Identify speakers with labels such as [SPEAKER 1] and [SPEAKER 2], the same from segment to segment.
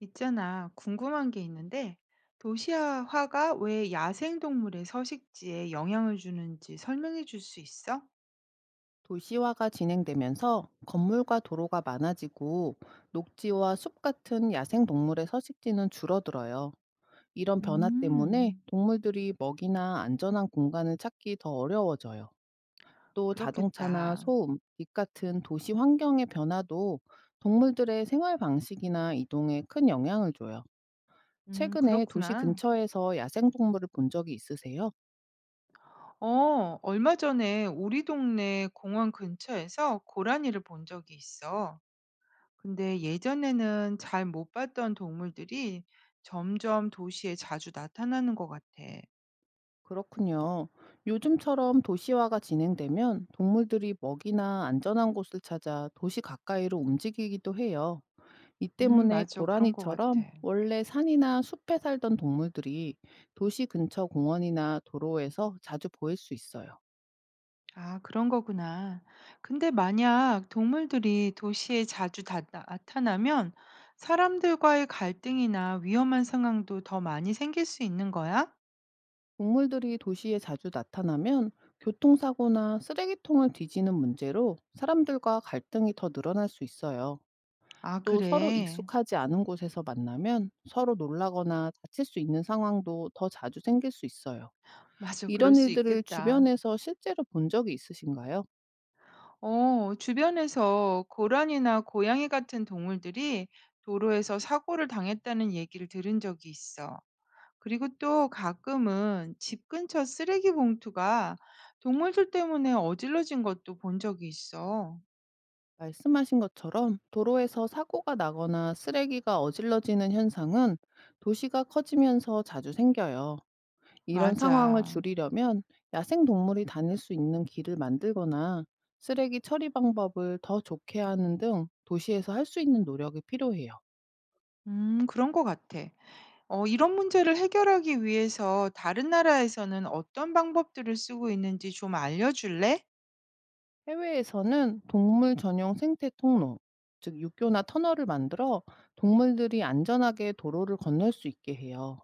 [SPEAKER 1] 있잖아, 궁금한 게 있는데, 도시화가 왜 야생동물의 서식지에 영향을 주는지 설명해 줄 수 있어?
[SPEAKER 2] 도시화가 진행되면서 건물과 도로가 많아지고, 녹지와 숲 같은 야생동물의 서식지는 줄어들어요. 이런 변화 때문에
[SPEAKER 1] 음,
[SPEAKER 2] 동물들이 먹이나 안전한 공간을 찾기 더 어려워져요. 또 자동차나
[SPEAKER 1] 그렇겠다.
[SPEAKER 2] 소음, 빛 같은 도시 환경의 변화도 동물들의 생활 방식이나 이동에 큰 영향을 줘요. 최근에 도시
[SPEAKER 1] 그렇구나.
[SPEAKER 2] 근처에서 야생동물을 본 적이 있으세요?
[SPEAKER 1] 어, 얼마 전에 우리 동네 공원 근처에서 고라니를 본 적이 있어. 근데 예전에는 잘 못 봤던 동물들이 점점 도시에 자주 나타나는 것 같아.
[SPEAKER 2] 그렇군요. 요즘처럼 도시화가 진행되면 동물들이 먹이나 안전한 곳을 찾아 도시 가까이로 움직이기도 해요. 이 때문에
[SPEAKER 1] 맞아. 그런 것
[SPEAKER 2] 고라니처럼
[SPEAKER 1] 같아.
[SPEAKER 2] 원래 산이나 숲에 살던 동물들이 도시 근처 공원이나 도로에서 자주 보일 수 있어요.
[SPEAKER 1] 아, 그런 거구나. 근데 만약 동물들이 도시에 자주 나타나면 사람들과의 갈등이나 위험한 상황도 더 많이 생길 수 있는 거야?
[SPEAKER 2] 동물들이 도시에 자주 나타나면 교통사고나 쓰레기통을 뒤지는 문제로 사람들과 갈등이 더 늘어날 수 있어요.
[SPEAKER 1] 아,
[SPEAKER 2] 또 서로
[SPEAKER 1] 그래.
[SPEAKER 2] 익숙하지 않은 곳에서 만나면 서로 놀라거나 다칠 수 있는 상황도 더 자주 생길 수 있어요.
[SPEAKER 1] 맞아, 그럴
[SPEAKER 2] 이런
[SPEAKER 1] 수
[SPEAKER 2] 일들을
[SPEAKER 1] 있겠다.
[SPEAKER 2] 주변에서 실제로 본 적이 있으신가요?
[SPEAKER 1] 어, 주변에서 고란이나 고양이 같은 동물들이 도로에서 사고를 당했다는 얘기를 들은 적이 있어. 그리고 또 가끔은 집 근처 쓰레기 봉투가 동물들 때문에 어질러진 것도 본 적이 있어.
[SPEAKER 2] 말씀하신 것처럼 도로에서 사고가 나거나 쓰레기가 어질러지는 현상은 도시가 커지면서 자주 생겨요. 이런 상황을
[SPEAKER 1] 맞아.
[SPEAKER 2] 줄이려면 야생 동물이 다닐 수 있는 길을 만들거나 쓰레기 처리 방법을 더 좋게 하는 등, 도시에서 할 수 있는 노력이 필요해요.
[SPEAKER 1] 음, 그런 것 같아. 어, 이런 문제를 해결하기 위해서 다른 나라에서는 어떤 방법들을 쓰고 있는지 좀 알려 줄래?
[SPEAKER 2] 해외에서는 동물 전용 생태 통로, 즉 육교나 터널을 만들어 동물들이 안전하게 도로를 건널 수 있게 해요.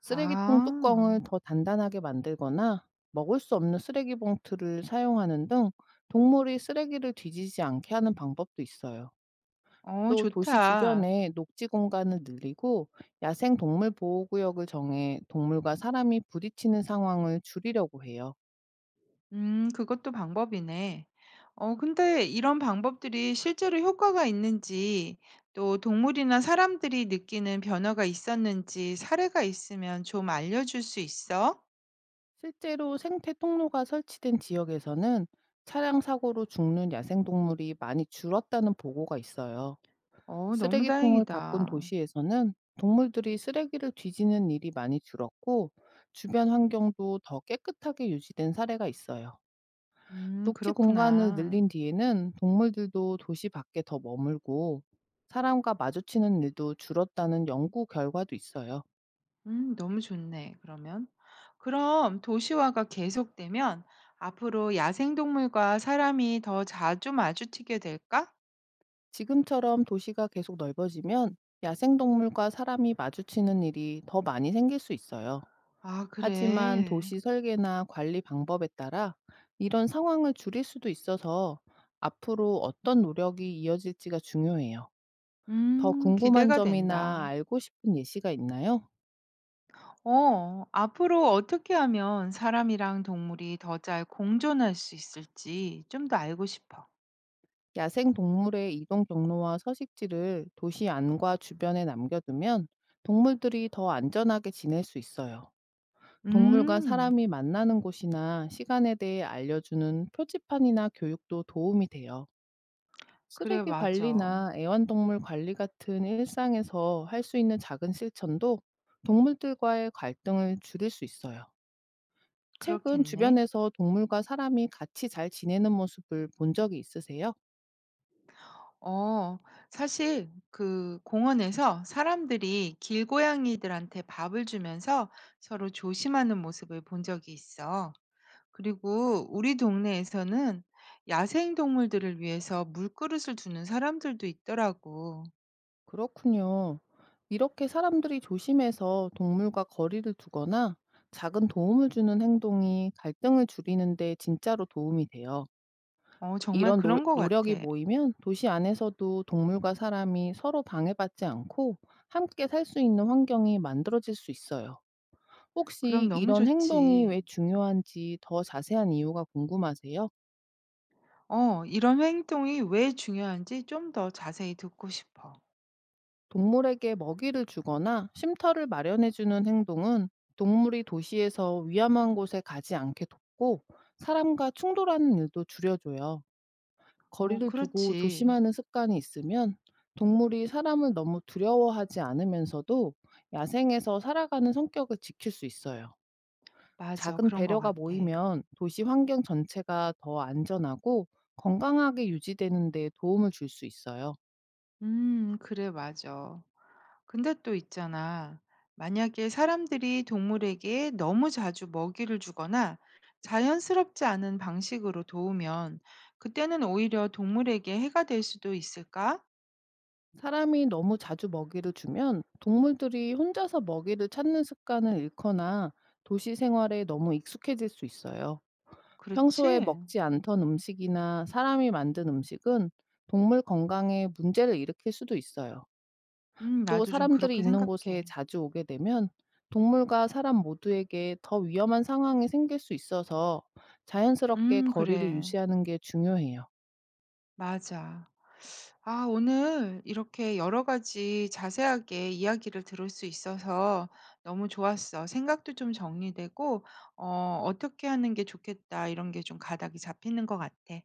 [SPEAKER 2] 쓰레기통
[SPEAKER 1] 아.
[SPEAKER 2] 뚜껑을 더 단단하게 만들거나 먹을 수 없는 쓰레기 봉투를 사용하는 등, 동물이 쓰레기를 뒤지지 않게 하는 방법도 있어요.
[SPEAKER 1] 어,
[SPEAKER 2] 또 도시
[SPEAKER 1] 좋다.
[SPEAKER 2] 주변에 녹지 공간을 늘리고 야생 동물 보호구역을 정해 동물과 사람이 부딪히는 상황을 줄이려고 해요.
[SPEAKER 1] 음, 그것도 방법이네. 어, 근데 이런 방법들이 실제로 효과가 있는지 또 동물이나 사람들이 느끼는 변화가 있었는지 사례가 있으면 좀 알려 줄 수 있어?
[SPEAKER 2] 실제로 생태 통로가 설치된 지역에서는 차량 사고로 죽는 야생동물이 많이 줄었다는 보고가 있어요.
[SPEAKER 1] 어, 너무
[SPEAKER 2] 쓰레기통을 바꾼
[SPEAKER 1] 다행이다.
[SPEAKER 2] 도시에서는 동물들이 쓰레기를 뒤지는 일이 많이 줄었고, 주변 환경도 더 깨끗하게 유지된 사례가 있어요.
[SPEAKER 1] 음,
[SPEAKER 2] 녹지 공간을
[SPEAKER 1] 그렇구나.
[SPEAKER 2] 늘린 뒤에는 동물들도 도시 밖에 더 머물고, 사람과 마주치는 일도 줄었다는 연구 결과도 있어요.
[SPEAKER 1] 음, 너무 좋네 그러면. 그럼 도시화가 계속되면 앞으로 야생동물과 사람이 더 자주 마주치게 될까?
[SPEAKER 2] 지금처럼 도시가 계속 넓어지면 야생동물과 사람이 마주치는 일이 더 많이 생길 수 있어요.
[SPEAKER 1] 아,
[SPEAKER 2] 하지만
[SPEAKER 1] 그래.
[SPEAKER 2] 도시 설계나 관리 방법에 따라 이런 상황을 줄일 수도 있어서, 앞으로 어떤 노력이 이어질지가 중요해요. 더
[SPEAKER 1] 음,
[SPEAKER 2] 궁금한
[SPEAKER 1] 기대가
[SPEAKER 2] 점이나
[SPEAKER 1] 된다.
[SPEAKER 2] 알고 싶은 예시가 있나요?
[SPEAKER 1] 어, 앞으로 어떻게 하면 사람이랑 동물이 더 잘 공존할 수 있을지 좀 더 알고 싶어.
[SPEAKER 2] 야생동물의 이동 경로와 서식지를 도시 안과 주변에 남겨두면 동물들이 더 안전하게 지낼 수 있어요. 동물과
[SPEAKER 1] 음,
[SPEAKER 2] 사람이 만나는 곳이나 시간에 대해 알려주는 표지판이나 교육도 도움이 돼요.
[SPEAKER 1] 그래,
[SPEAKER 2] 쓰레기
[SPEAKER 1] 맞아.
[SPEAKER 2] 관리나 애완동물 관리 같은 일상에서 할 수 있는 작은 실천도 동물들과의 갈등을 줄일 수 있어요. 최근
[SPEAKER 1] 그렇겠네.
[SPEAKER 2] 주변에서 동물과 사람이 같이 잘 지내는 모습을 본 적이 있으세요?
[SPEAKER 1] 어, 사실 그 공원에서 사람들이 길고양이들한테 밥을 주면서 서로 조심하는 모습을 본 적이 있어. 그리고 우리 동네에서는 야생 동물들을 위해서 물그릇을 두는 사람들도 있더라고.
[SPEAKER 2] 그렇군요. 이렇게 사람들이 조심해서 동물과 거리를 두거나 작은 도움을 주는 행동이 갈등을 줄이는데 진짜로 도움이 돼요.
[SPEAKER 1] 어, 정말
[SPEAKER 2] 이런
[SPEAKER 1] 그런 것 같아.
[SPEAKER 2] 노력이 모이면 도시 안에서도 동물과 사람이 서로 방해받지 않고 함께 살 수 있는 환경이 만들어질 수 있어요. 혹시
[SPEAKER 1] 그럼 너무
[SPEAKER 2] 이런 행동이 왜
[SPEAKER 1] 좋지.
[SPEAKER 2] 중요한지 더 자세한 이유가 궁금하세요?
[SPEAKER 1] 어, 이런 행동이 왜 중요한지 좀 더 자세히 듣고 싶어.
[SPEAKER 2] 동물에게 먹이를 주거나 쉼터를 마련해 주는 행동은 동물이 도시에서 위험한 곳에 가지 않게 돕고, 사람과 충돌하는 일도 줄여줘요.
[SPEAKER 1] 어,
[SPEAKER 2] 거리를 두고
[SPEAKER 1] 그렇지.
[SPEAKER 2] 조심하는 습관이 있으면 동물이 사람을 너무 두려워하지 않으면서도 야생에서 살아가는 성격을 지킬 수 있어요.
[SPEAKER 1] 맞아.
[SPEAKER 2] 작은
[SPEAKER 1] 그런 것
[SPEAKER 2] 배려가
[SPEAKER 1] 같아.
[SPEAKER 2] 모이면 도시 환경 전체가 더 안전하고 건강하게 유지되는 데 도움을 줄 수 있어요.
[SPEAKER 1] 그래, 맞아. 근데 또 있잖아. 만약에 사람들이 동물에게 너무 자주 먹이를 주거나 자연스럽지 않은 방식으로 도우면 그때는 오히려 동물에게 해가 될 수도 있을까?
[SPEAKER 2] 사람이 너무 자주 먹이를 주면 동물들이 혼자서 먹이를 찾는 습관을 잃거나 도시 생활에 너무 익숙해질 수 있어요. 평소에
[SPEAKER 1] 그렇지?
[SPEAKER 2] 먹지 않던 음식이나 사람이 만든 음식은 동물 건강에 문제를 일으킬 수도 있어요. 또
[SPEAKER 1] 나도 좀
[SPEAKER 2] 사람들이
[SPEAKER 1] 그렇게
[SPEAKER 2] 있는 곳에
[SPEAKER 1] 생각해.
[SPEAKER 2] 자주 오게 되면 동물과 사람 모두에게 더 위험한 상황이 생길 수 있어서, 자연스럽게 거리를
[SPEAKER 1] 그래.
[SPEAKER 2] 유지하는 게 중요해요.
[SPEAKER 1] 맞아. 아, 오늘 이렇게 여러 가지 자세하게 이야기를 들을 수 있어서 너무 좋았어. 생각도 좀 정리되고, 어, 어떻게 하는 게 좋겠다, 이런 게 좀 가닥이 잡히는 것 같아.